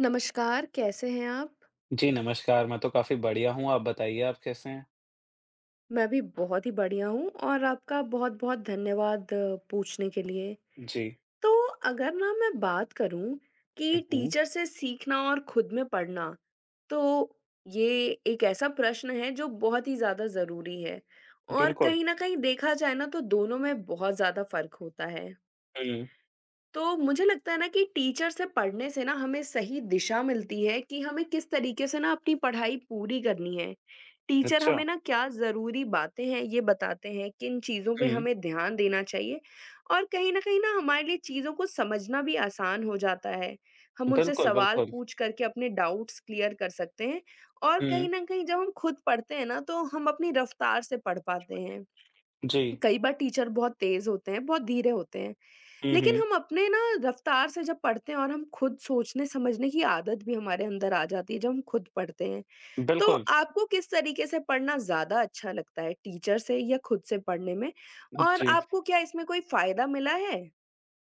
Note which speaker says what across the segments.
Speaker 1: नमस्कार, कैसे हैं आप?
Speaker 2: जी, नमस्कार। मैं तो काफ़ी बढ़िया हूँ, आप बताइए आप कैसे हैं?
Speaker 1: मैं भी बहुत ही बढ़िया हूँ और आपका बहुत-बहुत धन्यवाद पूछने के लिए।
Speaker 2: जी।
Speaker 1: तो अगर ना मैं बात करूँ कि
Speaker 2: हुँ, हुँ।
Speaker 1: टीचर से सीखना और खुद में पढ़ना, तो ये एक ऐसा प्रश्न है जो बहुत ही ज़्यादा ज़रूरी है और
Speaker 2: बिल्कुल।
Speaker 1: कहीं न कहीं देखा जाए ना तो दोनों में बहुत ज़्यादा फ़र्क होता है।
Speaker 2: हुँ।
Speaker 1: तो मुझे लगता है ना कि टीचर से पढ़ने से ना हमें सही दिशा मिलती है कि हमें किस तरीके से ना अपनी पढ़ाई पूरी करनी है। टीचर
Speaker 2: अच्छा।
Speaker 1: हमें ना क्या ज़रूरी बातें हैं ये बताते हैं, किन चीज़ों पे
Speaker 2: हुँ।
Speaker 1: हमें ध्यान देना चाहिए और कहीं न कहीं ना हमारे लिए चीज़ों को समझना भी आसान हो जाता है। हम उनसे
Speaker 2: बिल्कुल,
Speaker 1: सवाल
Speaker 2: बिल्कुल।
Speaker 1: पूछ करके अपने डाउट्स क्लियर कर सकते हैं और कहीं
Speaker 2: हुँ।
Speaker 1: न कहीं जब हम खुद पढ़ते हैं ना तो हम अपनी रफ़्तार से पढ़ पाते हैं।
Speaker 2: जी।
Speaker 1: कई बार टीचर बहुत तेज़ होते हैं, बहुत धीरे होते हैं।
Speaker 2: हुँ,
Speaker 1: लेकिन
Speaker 2: हुँ।
Speaker 1: हम अपने ना रफ्तार से जब पढ़ते हैं और हम खुद सोचने-समझने की आदत भी हमारे अंदर आ जाती है जब हम खुद पढ़ते हैं। तो
Speaker 2: बिल्कुल।
Speaker 1: आपको किस तरीके से पढ़ना ज़्यादा अच्छा लगता है टीचर से या खुद से पढ़ने में? और
Speaker 2: जी।
Speaker 1: आपको क्या इसमें कोई फ़ायदा मिला है?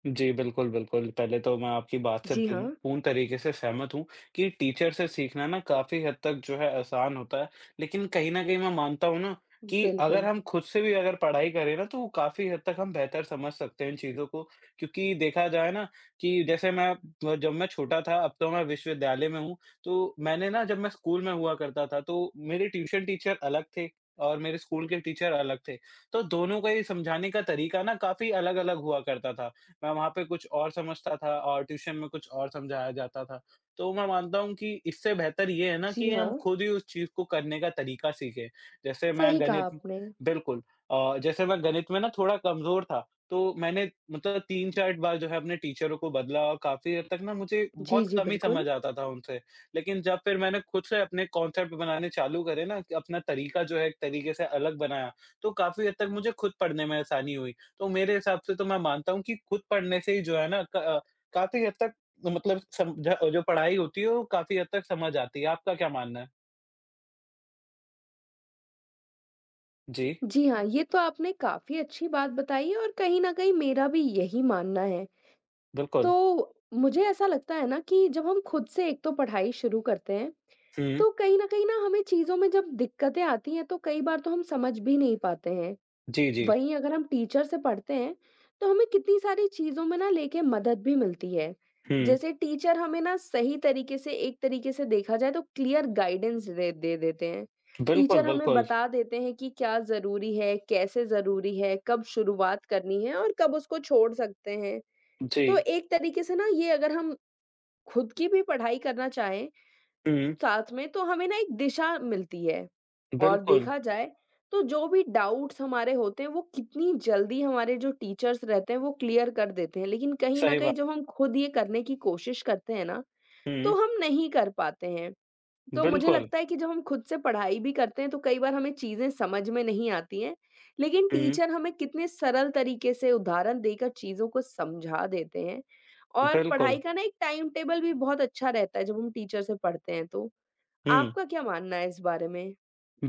Speaker 2: जी, बिल्कुल, बिल्कुल। पहले तो मैं आपकी बात से
Speaker 1: जी
Speaker 2: बिल
Speaker 1: हाँ,
Speaker 2: पूर्ण तरीके से सहमत हूँ कि टीचर से सीखना ना काफ़ी हद तक जो है आसान होता है। लेकिन कहीं न कहीं मैं मानता हूँ ना कि अगर
Speaker 1: बिल्कुल।
Speaker 2: हम खुद से भी अगर पढ़ाई करें ना, तो काफ़ी हद तक हम बेहतर समझ सकते हैं इन चीज़ों को। क्योंकि देखा जाए ना कि जैसे मैं ब जब मैं छोटा था, अब तो मैं विश्वविद्यालय में हूँ, तो मैंने ना जब मैं स्कूल में हुआ करता था, तो मेरे ट्यूशन टीचर अलग थे और मेरे स्कूल के टीचर अलग थे। तो दोनों का ही समझाने का तरीका ना काफ़ी अलग-अलग हुआ करता था। मैं वहाँ पे कुछ और समझता था और ट्यूशन में कुछ और समझाया जाता था। तो मैं मानता हूँ कि इससे बेहतर ये है ना
Speaker 1: जी
Speaker 2: कि
Speaker 1: हाँ,
Speaker 2: हम खुद ही उस चीज़ को करने का तरीका सीखें। जैसे मैं
Speaker 1: सही कहा
Speaker 2: गणित
Speaker 1: आपने।
Speaker 2: बिल्कुल। जैसे मैं गणित में ना थोड़ा कमज़ोर था, तो मैंने मतलब 3-4 बार जो है अपने टीचरों को बदला और काफ़ी हद तक ना मुझे
Speaker 1: जी,
Speaker 2: बहुत
Speaker 1: जी,
Speaker 2: कम ही
Speaker 1: बिल्कुल।
Speaker 2: समझ आता था उनसे। लेकिन जब फिर मैंने खुद से अपने कॉन्सेप्ट बनाने चालू करे ना, कि अपना तरीका जो है एक तरीके से अलग बनाया, तो काफ़ी हद तक मुझे खुद पढ़ने में आसानी हुई। तो मेरे हिसाब से तो मैं मानता हूँ कि खुद पढ़ने से ही जो है ना काफ़ी हद तक मतलब समझा जो पढ़ाई होती है वो काफ़ी हद तक समझ आती है। आपका क्या मानना है? जी,
Speaker 1: जी हाँ, ये तो आपने काफ़ी अच्छी बात बताई है और कहीं न कहीं मेरा भी यही मानना है।
Speaker 2: बिल्कुल।
Speaker 1: तो मुझे ऐसा लगता है ना कि जब हम खुद से एक तो पढ़ाई शुरू करते हैं,
Speaker 2: हुँ।
Speaker 1: तो कहीं न कहीं ना हमें चीज़ों में जब दिक्कतें आती हैं, तो कई बार तो हम समझ भी नहीं पाते हैं।
Speaker 2: जी, जी।
Speaker 1: वहीं अगर हम टीचर से पढ़ते हैं, तो हमें कितनी सारी चीज़ों में ना लेके मदद भी मिलती है।
Speaker 2: हुँ।
Speaker 1: जैसे टीचर हमें ना सही तरीके से एक तरीके से देखा जाए तो क्लियर गाइडेंस दे दे देते हैं।
Speaker 2: बिल्कुल,
Speaker 1: टीचर हमें
Speaker 2: बिल्कुल।
Speaker 1: बता देते हैं कि क्या ज़रूरी है, कैसे ज़रूरी है, कब शुरुआत करनी है और कब उसको छोड़ सकते हैं।
Speaker 2: जी।
Speaker 1: तो एक तरीके से ना ये अगर हम खुद की भी पढ़ाई करना चाहें
Speaker 2: हुँ,
Speaker 1: साथ में तो हमें ना एक दिशा मिलती है। और
Speaker 2: बिल्कुल।
Speaker 1: देखा जाए तो जो भी डाउट्स हमारे होते हैं वो कितनी जल्दी हमारे जो टीचर्स रहते हैं वो क्लियर कर देते हैं। लेकिन कहीं न
Speaker 2: सही
Speaker 1: कहीं
Speaker 2: बात।
Speaker 1: जब हम खुद ये करने की कोशिश करते हैं ना, तो
Speaker 2: हुँ,
Speaker 1: हम नहीं कर पाते हैं। तो मुझे
Speaker 2: बिल्कुल।
Speaker 1: लगता है कि जब हम खुद से पढ़ाई भी करते हैं तो कई बार हमें चीज़ें समझ में नहीं आती हैं, लेकिन
Speaker 2: हुँ,
Speaker 1: टीचर हमें कितने सरल तरीके से उदाहरण देकर चीज़ों को समझा देते हैं और पढ़ाई
Speaker 2: बिल्कुल।
Speaker 1: का ना एक टाइम टेबल भी बहुत अच्छा रहता है जब हम टीचर से पढ़ते हैं तो।
Speaker 2: हुँ।
Speaker 1: आपका क्या मानना है इस बारे में?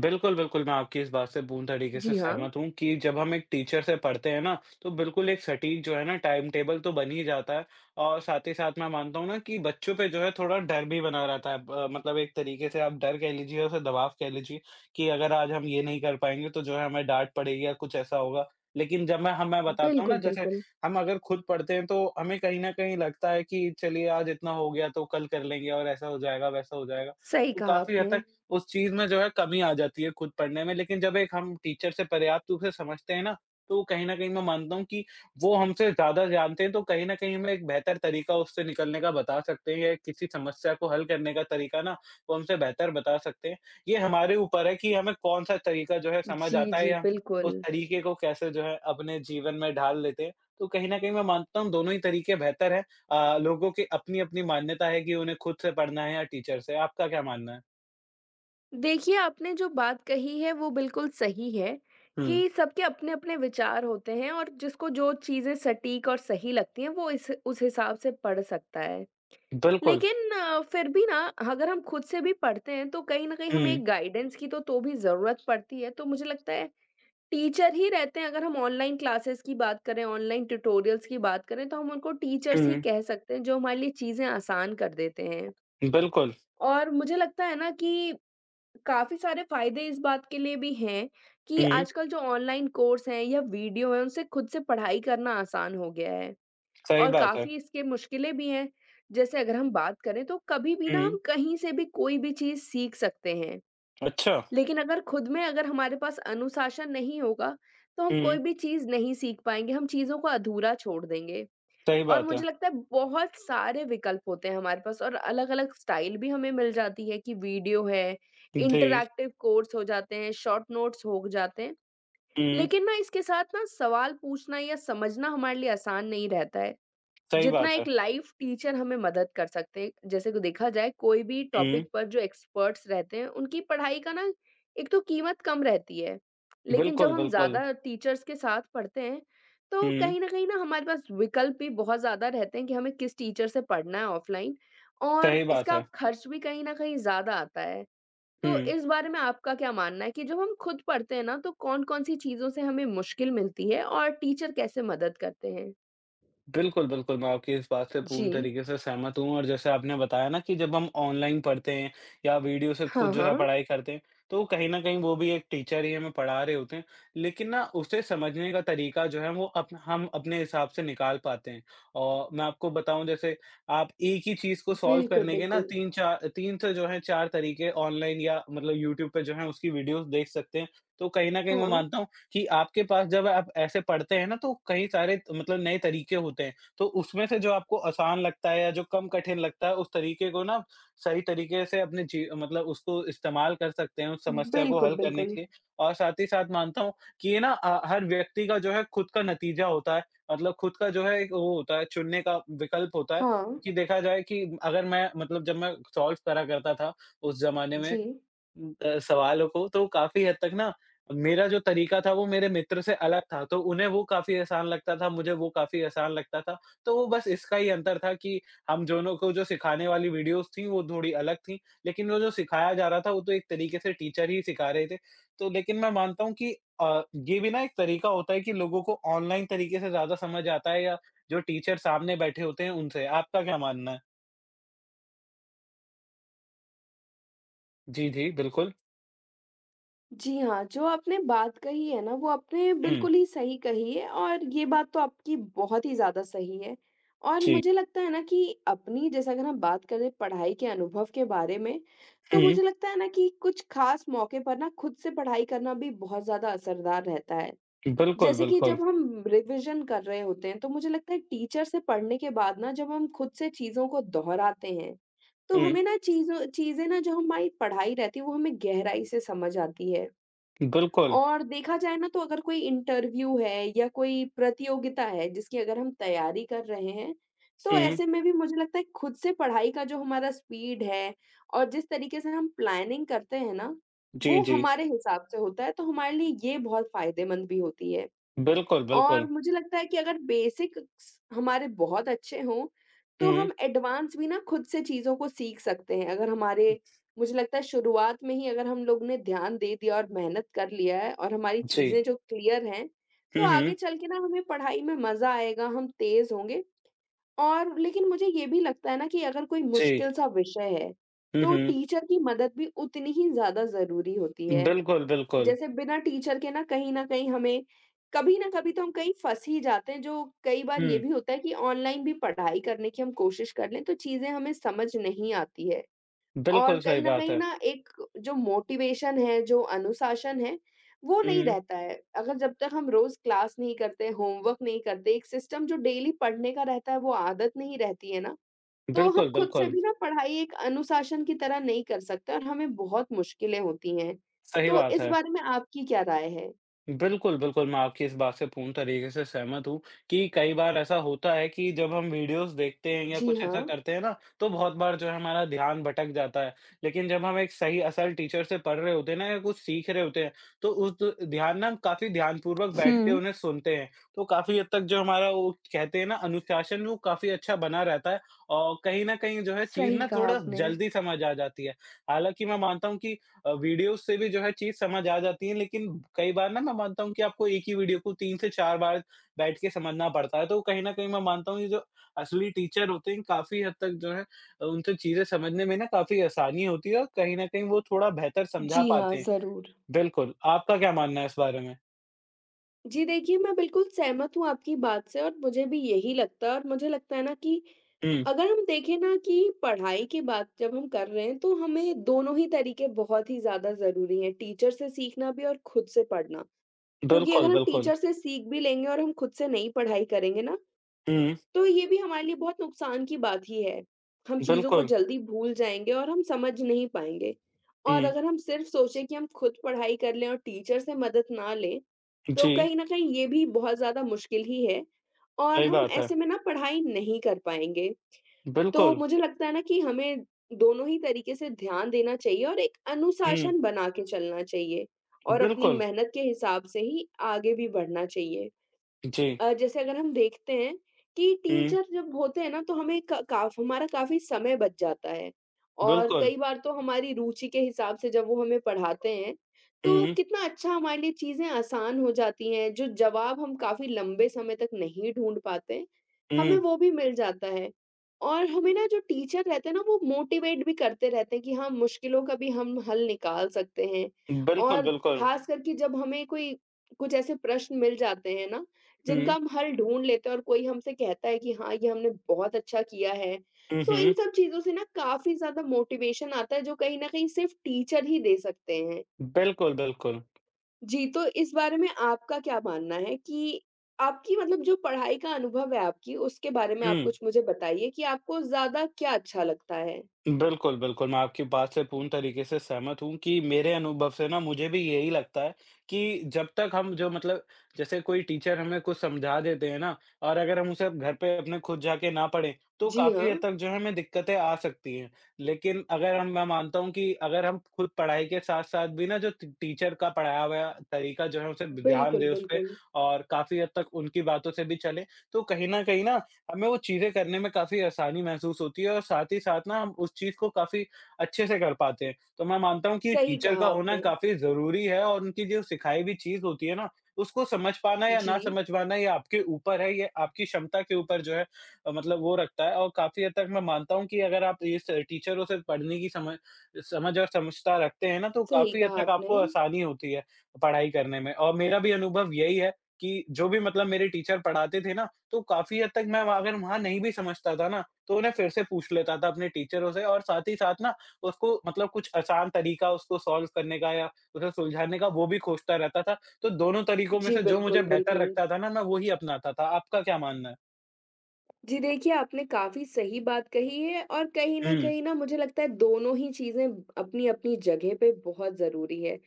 Speaker 2: बिल्कुल, बिल्कुल, मैं आपकी इस बात से पूर्ण तरीके से
Speaker 1: जी हाँ,
Speaker 2: सहमत हूँ कि जब हम एक टीचर से पढ़ते हैं ना, तो बिल्कुल एक सटीक जो है ना टाइम टेबल तो बन ही जाता है और साथ ही साथ मैं मानता हूँ ना कि बच्चों पे जो है थोड़ा डर भी बना रहता है। ब मतलब एक तरीके से आप डर कह लीजिए या उसे दबाव कह लीजिए कि अगर आज हम ये नहीं कर पाएँगे तो जो है हमें डाँट पड़ेगी या कुछ ऐसा होगा। लेकिन जब मैं बताता हूँ ना
Speaker 1: बिल्कुल,
Speaker 2: जैसे
Speaker 1: बिल्कुल।
Speaker 2: हम अगर खुद पढ़ते हैं तो हमें कहीं न कहीं लगता है कि चलिए आज इतना हो गया तो कल कर लेंगे और ऐसा हो जाएगा, वैसा हो जाएगा।
Speaker 1: सही
Speaker 2: तो
Speaker 1: कहा
Speaker 2: काफ़ी हद
Speaker 1: आपने।
Speaker 2: तक उस चीज़ में जो है कमी आ जाती है खुद पढ़ने में, लेकिन जब एक हम टीचर से पर्याप्त रूप से समझते हैं ना, तो वो कहीं न कहीं मैं मानता हूँ कि वो हमसे ज़्यादा जानते हैं, तो कहीं न कहीं हमें एक बेहतर तरीका उससे निकलने का बता सकते हैं या किसी समस्या को हल करने का तरीका ना, वो हमसे बेहतर बता सकते हैं। ये हमारे ऊपर है कि हमें कौन-सा तरीका जो है समझ
Speaker 1: जी,
Speaker 2: आता है
Speaker 1: जी,
Speaker 2: या हम
Speaker 1: बिल्कुल।
Speaker 2: उस तरीके को कैसे जो है अपने जीवन में ढाल लेते हैं। तो कहीं न कहीं मैं मानता हूँ दोनों ही तरीके बेहतर हैं। लोगों की अपनी-अपनी मान्यता है कि उन्हें खुद से पढ़ना है या टीचर से। आपका क्या मानना है?
Speaker 1: देखिए, आपने जो बात कही है वो बिल्कुल सही है,
Speaker 2: हुँ।
Speaker 1: कि सबके अपने-अपने विचार होते हैं और जिसको जो चीज़ें सटीक और सही लगती हैं वो इस उस हिसाब से पढ़ सकता है।
Speaker 2: बिल्कुल।
Speaker 1: लेकिन फिर भी ना अगर हम खुद से भी पढ़ते हैं तो कहीं न कहीं हमें
Speaker 2: हुँ,
Speaker 1: एक गाइडेंस की तो भी ज़रूरत पड़ती है। तो मुझे लगता है टीचर ही रहते हैं अगर हम ऑनलाइन क्लासेस की बात करें, ऑनलाइन ट्यूटोरियल्स की बात करें तो हम उनको टीचर्स ही
Speaker 2: हुँ,
Speaker 1: कह सकते हैं जो हमारे लिए चीज़ें आसान कर देते हैं।
Speaker 2: बिल्कुल।
Speaker 1: और मुझे लगता है ना कि काफ़ी सारे फ़ायदे इस बात के लिए भी हैं कि
Speaker 2: हुँ,
Speaker 1: आजकल जो ऑनलाइन कोर्स हैं या वीडियो हैं, उनसे खुद से पढ़ाई करना आसान हो गया है
Speaker 2: सही
Speaker 1: और
Speaker 2: बात है।
Speaker 1: काफ़ी इसके मुश्किलें भी हैं। जैसे अगर हम बात करें तो कभी भी ना
Speaker 2: हुँ,
Speaker 1: हम कहीं से भी कोई भी चीज़ सीख सकते हैं।
Speaker 2: अच्छा।
Speaker 1: लेकिन अगर खुद में अगर हमारे पास अनुशासन नहीं होगा, तो हम कोई
Speaker 2: हुँ,
Speaker 1: भी चीज़ नहीं सीख पाएँगे, हम चीज़ों को अधूरा छोड़ देंगे।
Speaker 2: सही
Speaker 1: और
Speaker 2: बात
Speaker 1: मुझे
Speaker 2: है।
Speaker 1: लगता है बहुत सारे विकल्प होते हैं हमारे पास और अलग-अलग स्टाइल भी हमें मिल जाती है कि वीडियो है,
Speaker 2: जी।
Speaker 1: इंटरैक्टिव कोर्स हो जाते हैं, शॉर्ट नोट्स हो जाते हैं।
Speaker 2: हुँ,
Speaker 1: लेकिन ना इसके साथ ना सवाल पूछना या समझना हमारे लिए आसान नहीं रहता है।
Speaker 2: सही
Speaker 1: जितना
Speaker 2: बात है।
Speaker 1: एक लाइफ टीचर हमें मदद कर सकते हैं जैसे कि देखा जाए कोई भी
Speaker 2: हुँ,
Speaker 1: टॉपिक पर जो एक्सपर्ट्स रहते हैं उनकी पढ़ाई का ना एक तो कीमत कम रहती है लेकिन जब
Speaker 2: बिल्कुल,
Speaker 1: हम
Speaker 2: बिल्कुल।
Speaker 1: ज़्यादा टीचर्स के साथ पढ़ते हैं तो
Speaker 2: हुँ,
Speaker 1: कहीं न कहीं ना हमारे पास विकल्प भी बहुत ज़्यादा रहते हैं कि हमें किस टीचर से पढ़ना है ऑफ़लाइन और
Speaker 2: सही बात
Speaker 1: इसका
Speaker 2: है।
Speaker 1: खर्च भी कहीं न कहीं ज़्यादा आता है। तो
Speaker 2: हुँ।
Speaker 1: इस बारे में आपका क्या मानना है कि जब हम खुद पढ़ते हैं ना तो कौन-कौन सी चीज़ों से हमें मुश्किल मिलती है और टीचर कैसे मदद करते हैं?
Speaker 2: बिल्कुल, बिल्कुल, मैं आपकी इस बात से
Speaker 1: जी।
Speaker 2: पूर्ण तरीके से सहमत हूँ और जैसे आपने बताया ना कि जब हम ऑनलाइन पढ़ते हैं या वीडियो से
Speaker 1: हाँ,
Speaker 2: खुद जो है
Speaker 1: हाँ।
Speaker 2: पढ़ाई करते हैं, तो कहीं न कहीं वो भी एक टीचर ही हमें पढ़ा रहे होते हैं, लेकिन ना उसे समझने का तरीका जो है वो अप हम अपने हिसाब से निकाल पाते हैं। और मैं आपको बताऊँ जैसे आप एक ही चीज़ को सॉल्व
Speaker 1: बिल्कुल,
Speaker 2: करने के ना
Speaker 1: बिल्कुल।
Speaker 2: 3-4 3 से जो है 4 तरीके ऑनलाइन या मतलब यूट्यूब पे जो है उसकी वीडियोज़ देख सकते हैं, तो कहीं न कहीं मैं
Speaker 1: हाँ।
Speaker 2: मानता हूँ कि आपके पास जब आप ऐसे पढ़ते हैं ना तो कई सारे मतलब नए तरीके होते हैं, तो उसमें से जो आपको आसान लगता है या जो कम कठिन लगता है उस तरीके को ना सही तरीके से अपने जी मतलब उसको इस्तेमाल कर सकते हैं उस समस्या को
Speaker 1: बिल्कुल,
Speaker 2: हल करने
Speaker 1: बिल्कुल।
Speaker 2: के लिए। और साथ ही साथ मानता हूँ कि ये ना हर व्यक्ति का जो है खुद का नतीजा होता है, मतलब खुद का जो है एक वो होता है चुनने का विकल्प होता है,
Speaker 1: हाँ।
Speaker 2: क्योंकि देखा जाए कि अगर मैं मतलब जब मैं सॉल्व करा करता था उस ज़माने
Speaker 1: जी।
Speaker 2: में सवालों को तो काफ़ी हद तक ना मेरा जो तरीका था वो मेरे मित्र से अलग था, तो उन्हें वो काफ़ी आसान लगता था, मुझे वो काफ़ी आसान लगता था। तो वो बस इसका ही अंतर था कि हम दोनों को जो सिखाने वाली वीडियोज़ थी वो थोड़ी अलग थी, लेकिन वो जो सिखाया जा रहा था वो तो एक तरीके से टीचर ही सिखा रहे थे। तो लेकिन मैं मानता हूँ कि ये भी ना एक तरीका होता है कि लोगों को ऑनलाइन तरीके से ज़्यादा समझ आता है या जो टीचर सामने बैठे होते हैं उनसे। आपका क्या मानना है? जी, जी, बिल्कुल।
Speaker 1: जी हाँ, जो आपने बात कही है ना, वो आपने
Speaker 2: हुँ,
Speaker 1: बिल्कुल ही सही कही है और ये बात तो आपकी बहुत ही ज़्यादा सही है। और
Speaker 2: जी।
Speaker 1: मुझे लगता है ना कि अपनी जैसे अगर हम बात करें पढ़ाई के अनुभव के बारे में, तो
Speaker 2: हुँ,
Speaker 1: मुझे लगता है ना कि कुछ ख़ास मौके पर ना खुद से पढ़ाई करना भी बहुत ज़्यादा असरदार रहता है।
Speaker 2: बिल्कुल,
Speaker 1: जैसे कि
Speaker 2: बिल्कुल।
Speaker 1: जब हम रिविज़न कर रहे होते हैं, तो मुझे लगता है टीचर से पढ़ने के बाद ना जब हम खुद से चीज़ों को दोहराते हैं, तो
Speaker 2: हुँ।
Speaker 1: हमें ना चीज़ों चीज़ें ना जो हमारी पढ़ाई रहती है, वो हमें गहराई से समझ आती है।
Speaker 2: बिल्कुल।
Speaker 1: और देखा जाए ना तो अगर कोई इंटरव्यू है या कोई प्रतियोगिता है, जिसकी अगर हम तैयारी कर रहे हैं, तो
Speaker 2: हुँ,
Speaker 1: ऐसे में भी मुझे लगता है खुद से पढ़ाई का जो हमारा स्पीड है और जिस तरीके से हम प्लानिंग करते हैं ना,
Speaker 2: जी,
Speaker 1: वो
Speaker 2: जी।
Speaker 1: हमारे हिसाब से होता है, तो हमारे लिए ये बहुत फ़ायदेमंद भी होती है।
Speaker 2: बिल्कुल,
Speaker 1: और
Speaker 2: बिल्कुल।
Speaker 1: मुझे लगता है कि अगर बेसिक्स हमारे बहुत अच्छे हों, तो
Speaker 2: हुँ,
Speaker 1: हम एडवांस भी ना खुद से चीज़ों को सीख सकते हैं। अगर हमारे मुझे लगता है शुरुआत में ही अगर हम लोग ने ध्यान दे दिया और मेहनत कर लिया है और हमारी
Speaker 2: जी।
Speaker 1: चीज़ें जो क्लियर हैं, तो
Speaker 2: हुँ,
Speaker 1: आगे
Speaker 2: हुँ,
Speaker 1: चल के ना हमें पढ़ाई में मज़ा आएगा, हम तेज़ होंगे और लेकिन मुझे ये भी लगता है ना कि अगर कोई
Speaker 2: जी।
Speaker 1: मुश्किल सा विषय है,
Speaker 2: हुँ,
Speaker 1: तो
Speaker 2: हुँ।
Speaker 1: टीचर की मदद भी उतनी ही ज़्यादा ज़रूरी होती है।
Speaker 2: बिल्कुल, बिल्कुल।
Speaker 1: जैसे बिना टीचर के ना कहीं न कहीं हमें कभी ना कभी तो हम कहीं फँस ही जाते हैं, जो कई बार ये
Speaker 2: हुँ,
Speaker 1: भी होता है कि ऑनलाइन भी पढ़ाई करने की हम कोशिश कर लें, तो चीज़ें हमें समझ नहीं आती है। और
Speaker 2: बिल्कुल सही
Speaker 1: कहीं न
Speaker 2: बात
Speaker 1: कहीं
Speaker 2: है।
Speaker 1: ना एक जो मोटिवेशन है, जो अनुशासन है, वो नहीं
Speaker 2: हुँ,
Speaker 1: रहता है। अगर जब तक हम रोज़ क्लास नहीं करते, होमवर्क नहीं करते, एक सिस्टम जो डेली पढ़ने का रहता है, वो आदत नहीं रहती है ना, तो हम
Speaker 2: बिल्कुल,
Speaker 1: खुद से
Speaker 2: बिल्कुल।
Speaker 1: भी ना पढ़ाई एक अनुशासन की तरह नहीं कर सकते और हमें बहुत मुश्किलें होती हैं।
Speaker 2: सही
Speaker 1: तो
Speaker 2: बात
Speaker 1: इस
Speaker 2: है।
Speaker 1: बारे में आपकी क्या राय है?
Speaker 2: बिल्कुल, बिल्कुल, मैं आपकी इस बात से पूर्ण तरीके से सहमत हूँ कि कई बार ऐसा होता है कि जब हम वीडियोज़ देखते हैं या
Speaker 1: जी
Speaker 2: कुछ
Speaker 1: हाँ।
Speaker 2: ऐसा करते हैं ना, तो बहुत बार जो है हमारा ध्यान भटक जाता है। लेकिन जब हम एक सही असल टीचर से पढ़ रहे होते हैं ना या कुछ सीख रहे होते हैं, तो उस द ध्यान ना हम काफ़ी ध्यानपूर्वक बैठ के
Speaker 1: हुँ,
Speaker 2: उन्हें सुनते हैं। तो काफ़ी हद तक जो हमारा वो कहते हैं ना अनुशासन वो काफ़ी अच्छा बना रहता है और कहीं न कहीं जो है चीज़
Speaker 1: सही
Speaker 2: ना
Speaker 1: कहा
Speaker 2: थोड़ा
Speaker 1: आपने।
Speaker 2: जल्दी समझ आ जाती है। हालाँकि मैं मानता हूँ कि वीडियो से भी जो है चीज़ समझ आ जाती है, लेकिन कई बार ना मैं मानता हूँ कि आपको एक ही वीडियो को 3 से 4 बार बैठ के समझना पड़ता है, तो कहीं न कहीं मैं मानता हूँ ये जो असली टीचर होते हैं, काफ़ी हद तक जो है उनसे चीज़ें समझने में ना काफ़ी आसानी होती है और कहीं न कहीं वो थोड़ा बेहतर समझा
Speaker 1: जी हाँ,
Speaker 2: पाते हैं।
Speaker 1: ज़रूर।
Speaker 2: बिल्कुल, आपका क्या मानना है इस बारे में?
Speaker 1: जी देखिए, मैं बिल्कुल सहमत हूँ आपकी बात से और मुझे भी यही लगता है और मुझे लगता है ना कि
Speaker 2: हुँ,
Speaker 1: अगर हम देखें ना कि पढ़ाई की बात जब हम कर रहे हैं, तो हमें दोनों ही तरीके बहुत ही ज़्यादा ज़रूरी हैं, टीचर से सीखना भी और खुद से पढ़ना। क्योंकि अगर
Speaker 2: बिल्कुल,
Speaker 1: हम
Speaker 2: बिल्कुल।
Speaker 1: टीचर से सीख भी लेंगे और हम खुद से नहीं पढ़ाई करेंगे ना
Speaker 2: हुँ,
Speaker 1: तो ये भी हमारे लिए बहुत नुकसान की बात ही है। हम चीज़ों को
Speaker 2: बिल्कुल।
Speaker 1: जल्दी भूल जाएँगे और हम समझ नहीं पाएँगे। और
Speaker 2: हुँ,
Speaker 1: अगर हम सिर्फ़ सोचें कि हम खुद पढ़ाई कर लें और टीचर से मदद ना लें, तो
Speaker 2: जी,
Speaker 1: कहीं न कहीं ये भी बहुत ज़्यादा मुश्किल ही है और
Speaker 2: सही
Speaker 1: हम
Speaker 2: बात है।
Speaker 1: ऐसे में ना पढ़ाई नहीं कर पाएँगे। तो
Speaker 2: बिल्कुल।
Speaker 1: मुझे लगता है ना कि हमें दोनों ही तरीके से ध्यान देना चाहिए और एक
Speaker 2: हुँ,
Speaker 1: अनुशासन बना के चलना चाहिए और अपनी
Speaker 2: बिल्कुल।
Speaker 1: मेहनत के हिसाब से ही आगे भी बढ़ना चाहिए।
Speaker 2: जी।
Speaker 1: जैसे अगर हम देखते हैं कि
Speaker 2: हुँ,
Speaker 1: टीचर जब होते हैं ना तो हमें क काफ़ हमारा काफ़ी समय बच जाता है और
Speaker 2: बिल्कुल।
Speaker 1: कई बार तो हमारी रुचि के हिसाब से जब वो हमें पढ़ाते हैं, तो
Speaker 2: हुँ,
Speaker 1: कितना अच्छा हमारे लिए चीज़ें आसान हो जाती हैं, जो जवाब हम काफ़ी लंबे समय तक नहीं ढूँढ पाते, हमें
Speaker 2: हुँ,
Speaker 1: वो भी मिल जाता है। और हमें ना जो टीचर रहते हैं ना वो मोटिवेट भी करते रहते हैं कि हाँ, मुश्किलों का भी हम हल निकाल सकते हैं
Speaker 2: बिल्कुल,
Speaker 1: और
Speaker 2: बिल्कुल।
Speaker 1: ख़ास करके जब हमें कोई कुछ ऐसे प्रश्न मिल जाते हैं ना, जिनका
Speaker 2: हुँ।
Speaker 1: हम हल ढूँढ लेते हैं और कोई हमसे कहता है कि हाँ, ये हमने बहुत अच्छा किया है।
Speaker 2: हुँ,
Speaker 1: तो इन
Speaker 2: हुँ।
Speaker 1: सब चीज़ों से ना काफ़ी ज़्यादा मोटिवेशन आता है जो कहीं न कहीं सिर्फ़ टीचर ही दे सकते हैं।
Speaker 2: बिल्कुल, बिल्कुल।
Speaker 1: जी, तो इस बारे में आपका क्या मानना है कि आपकी मतलब जो पढ़ाई का अनुभव है आपकी उसके बारे में आप
Speaker 2: हुँ,
Speaker 1: कुछ मुझे बताइए कि आपको ज़्यादा क्या अच्छा लगता है?
Speaker 2: बिल्कुल, बिल्कुल, मैं आपकी बात से पूर्ण तरीके से सहमत हूँ कि मेरे अनुभव से ना मुझे भी यही लगता है कि जब तक हम जो मतलब जैसे कोई टीचर हमें कुछ समझा देते हैं ना और अगर हम उसे घर पे अपने खुद जाके ना पढ़ें, तो
Speaker 1: जी हाँ।
Speaker 2: काफ़ी हद तक जो है हमें दिक्कतें आ सकती हैं। लेकिन अगर हम मैं मानता हूँ कि अगर हम खुद पढ़ाई के साथ-साथ भी ना जो टी टीचर का पढ़ाया हुआ तरीका जो है उसे ध्यान
Speaker 1: बिल्कुल,
Speaker 2: दें उसपे
Speaker 1: बिल्कुल।
Speaker 2: और काफ़ी हद तक उनकी बातों से भी चलें, तो कहीं न कहीं ना हमें वो चीज़ें करने में काफ़ी आसानी महसूस होती है और साथ ही साथ ना हम उस चीज़ को काफ़ी अच्छे से कर पाते हैं। तो मैं मानता हूँ कि
Speaker 1: सही
Speaker 2: टीचर
Speaker 1: कहा
Speaker 2: का होना
Speaker 1: आपने।
Speaker 2: काफ़ी ज़रूरी है और उनकी जो सिखाई हुई चीज़ होती है ना, उसको समझ पाना या
Speaker 1: जी,
Speaker 2: ना समझ पाना ये आपके ऊपर है, ये आपकी क्षमता के ऊपर जो है मतलब वो रखता है और काफ़ी हद तक मैं मानता हूँ कि अगर आप इस टीचरों से पढ़ने की समझ समझ और समझता रखते हैं ना, तो
Speaker 1: सही
Speaker 2: काफ़ी हद
Speaker 1: कहा
Speaker 2: तक
Speaker 1: आपने।
Speaker 2: आपको आसानी होती है पढ़ाई करने में। और मेरा भी अनुभव यही है कि जो भी मतलब मेरे टीचर पढ़ाते थे ना, तो काफ़ी हद तक मैं वहाँ अगर वहाँ नहीं भी समझता था ना, तो उन्हें फिर से पूछ लेता था अपने टीचरों से और साथ ही साथ ना उसको मतलब कुछ आसान तरीका उसको सॉल्व करने का या उसे सुलझाने का वो भी खोजता रहता था। तो दोनों तरीकों में
Speaker 1: जी,
Speaker 2: से जो मुझे
Speaker 1: बिल्कुल,
Speaker 2: बेहतर
Speaker 1: बिल्कुल।
Speaker 2: लगता था ना, मैं वो ही अपनाता था। आपका क्या मानना है?
Speaker 1: जी देखिए, आपने काफ़ी सही बात कही है और कहीं न
Speaker 2: हुँ,
Speaker 1: कहीं ना मुझे लगता है दोनों ही चीज़ें अपनी-अपनी जगह पे बहुत ज़रूरी है।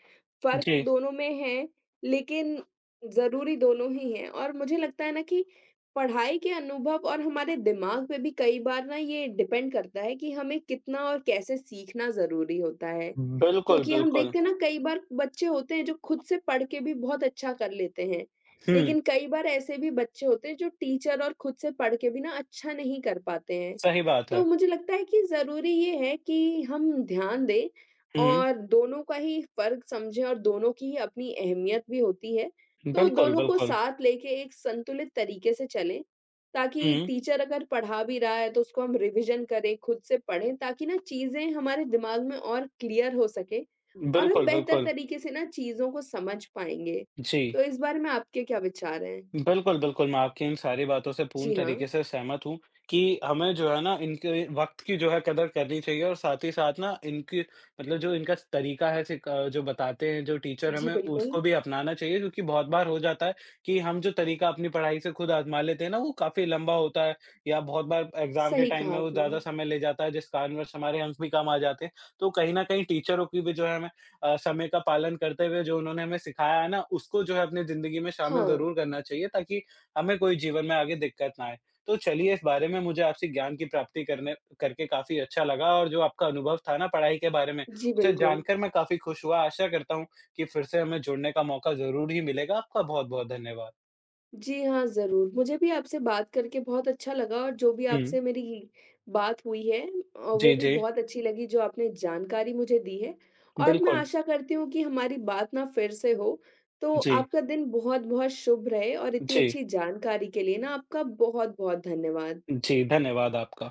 Speaker 1: फ़र्क
Speaker 2: जी।
Speaker 1: दोनों में है, लेकिन ज़रूरी दोनों ही हैं और मुझे लगता है ना कि पढ़ाई के अनुभव और हमारे दिमाग पे भी कई बार ना ये डिपेंड करता है कि हमें कितना और कैसे सीखना ज़रूरी होता है।
Speaker 2: बिल्कुल,
Speaker 1: क्योंकि हम
Speaker 2: बिल्कुल।
Speaker 1: देखते हैं ना कई बार बच्चे होते हैं जो खुद से पढ़ के भी बहुत अच्छा कर लेते हैं।
Speaker 2: हुँ,
Speaker 1: लेकिन कई बार ऐसे भी बच्चे होते हैं जो टीचर और खुद से पढ़ के भी ना अच्छा नहीं कर पाते हैं।
Speaker 2: सही बात
Speaker 1: तो
Speaker 2: है।
Speaker 1: मुझे लगता है कि ज़रूरी ये है कि हम ध्यान दें
Speaker 2: हुँ,
Speaker 1: और दोनों का ही फ़र्क समझें और दोनों की ही अपनी अहमियत भी होती है। तो
Speaker 2: बिल्कुल,
Speaker 1: दोनों को
Speaker 2: बिल्कुल।
Speaker 1: साथ लेके एक संतुलित तरीके से चलें, ताकि
Speaker 2: हुँ,
Speaker 1: टीचर अगर पढ़ा भी रहा है तो उसको हम रिविज़न करें, खुद से पढ़ें ताकि ना चीज़ें हमारे दिमाग में और क्लियर हो सके और हम
Speaker 2: बिल्कुल,
Speaker 1: बेहतर
Speaker 2: बिल्कुल।
Speaker 1: तरीके से ना चीज़ों को समझ पाएँगे। तो
Speaker 2: जी।
Speaker 1: इस बारे में आपके क्या विचार हैं?
Speaker 2: बिल्कुल, बिल्कुल, मैं आपकी इन सारी बातों से पूर्ण
Speaker 1: जी हाँ।
Speaker 2: तरीके से सहमत हूँ कि हमें जो है ना इनके वक़्त की जो है कदर करनी चाहिए और साथ ही साथ ना इनकी मतलब जो इनका तरीका है जो बताते हैं जो टीचर
Speaker 1: जी,
Speaker 2: हमें
Speaker 1: बिल्कुल।
Speaker 2: उसको भी अपनाना चाहिए क्योंकि बहुत बार हो जाता है कि हम जो तरीका अपनी पढ़ाई से खुद आज़मा लेते हैं ना वो काफ़ी लंबा होता है या बहुत बार एग्ज़ाम के
Speaker 1: सही
Speaker 2: टाइम
Speaker 1: कहा
Speaker 2: में वो
Speaker 1: आपने।
Speaker 2: ज़्यादा समय ले जाता है जिस कारणवश हमारे अंक भी कम आ जाते हैं। तो कहीं न कहीं टीचरों की भी जो है हमें समय का पालन करते हुए जो उन्होंने हमें सिखाया है ना, उसको जो है अपनी ज़िंदगी में शामिल
Speaker 1: हाँ।
Speaker 2: ज़रूर करना चाहिए ताकि हमें कोई जीवन में आगे दिक्कत ना आए। तो चलिए इस बारे में मुझे आपसे ज्ञान की प्राप्ति करने करके काफ़ी अच्छा लगा और जो आपका अनुभव था ना पढ़ाई के बारे में,
Speaker 1: जी,
Speaker 2: उसे
Speaker 1: बिल्कुल।
Speaker 2: जानकर मैं काफ़ी खुश हुआ। आशा करता हूँ कि फिर से हमें जुड़ने का मौका ज़रूर ही मिलेगा। आपका बहुत-बहुत धन्यवाद।
Speaker 1: जी हाँ, ज़रूर। मुझे भी आपसे बात करके बहुत अच्छा लगा और जो भी
Speaker 2: हुँ।
Speaker 1: आपसे मेरी बात हुई है वो
Speaker 2: जी,
Speaker 1: भी
Speaker 2: जी।
Speaker 1: बहुत अच्छी लगी जो आपने जानकारी मुझे दी है और मैं
Speaker 2: बिल्कुल।
Speaker 1: आशा करती हूँ कि हमारी बात ना फिर से हो। तो
Speaker 2: जी,
Speaker 1: आपका दिन बहुत-बहुत शुभ रहे और इतनी
Speaker 2: जी,
Speaker 1: अच्छी जानकारी के लिए ना आपका बहुत-बहुत धन्यवाद।
Speaker 2: जी। धन्यवाद आपका।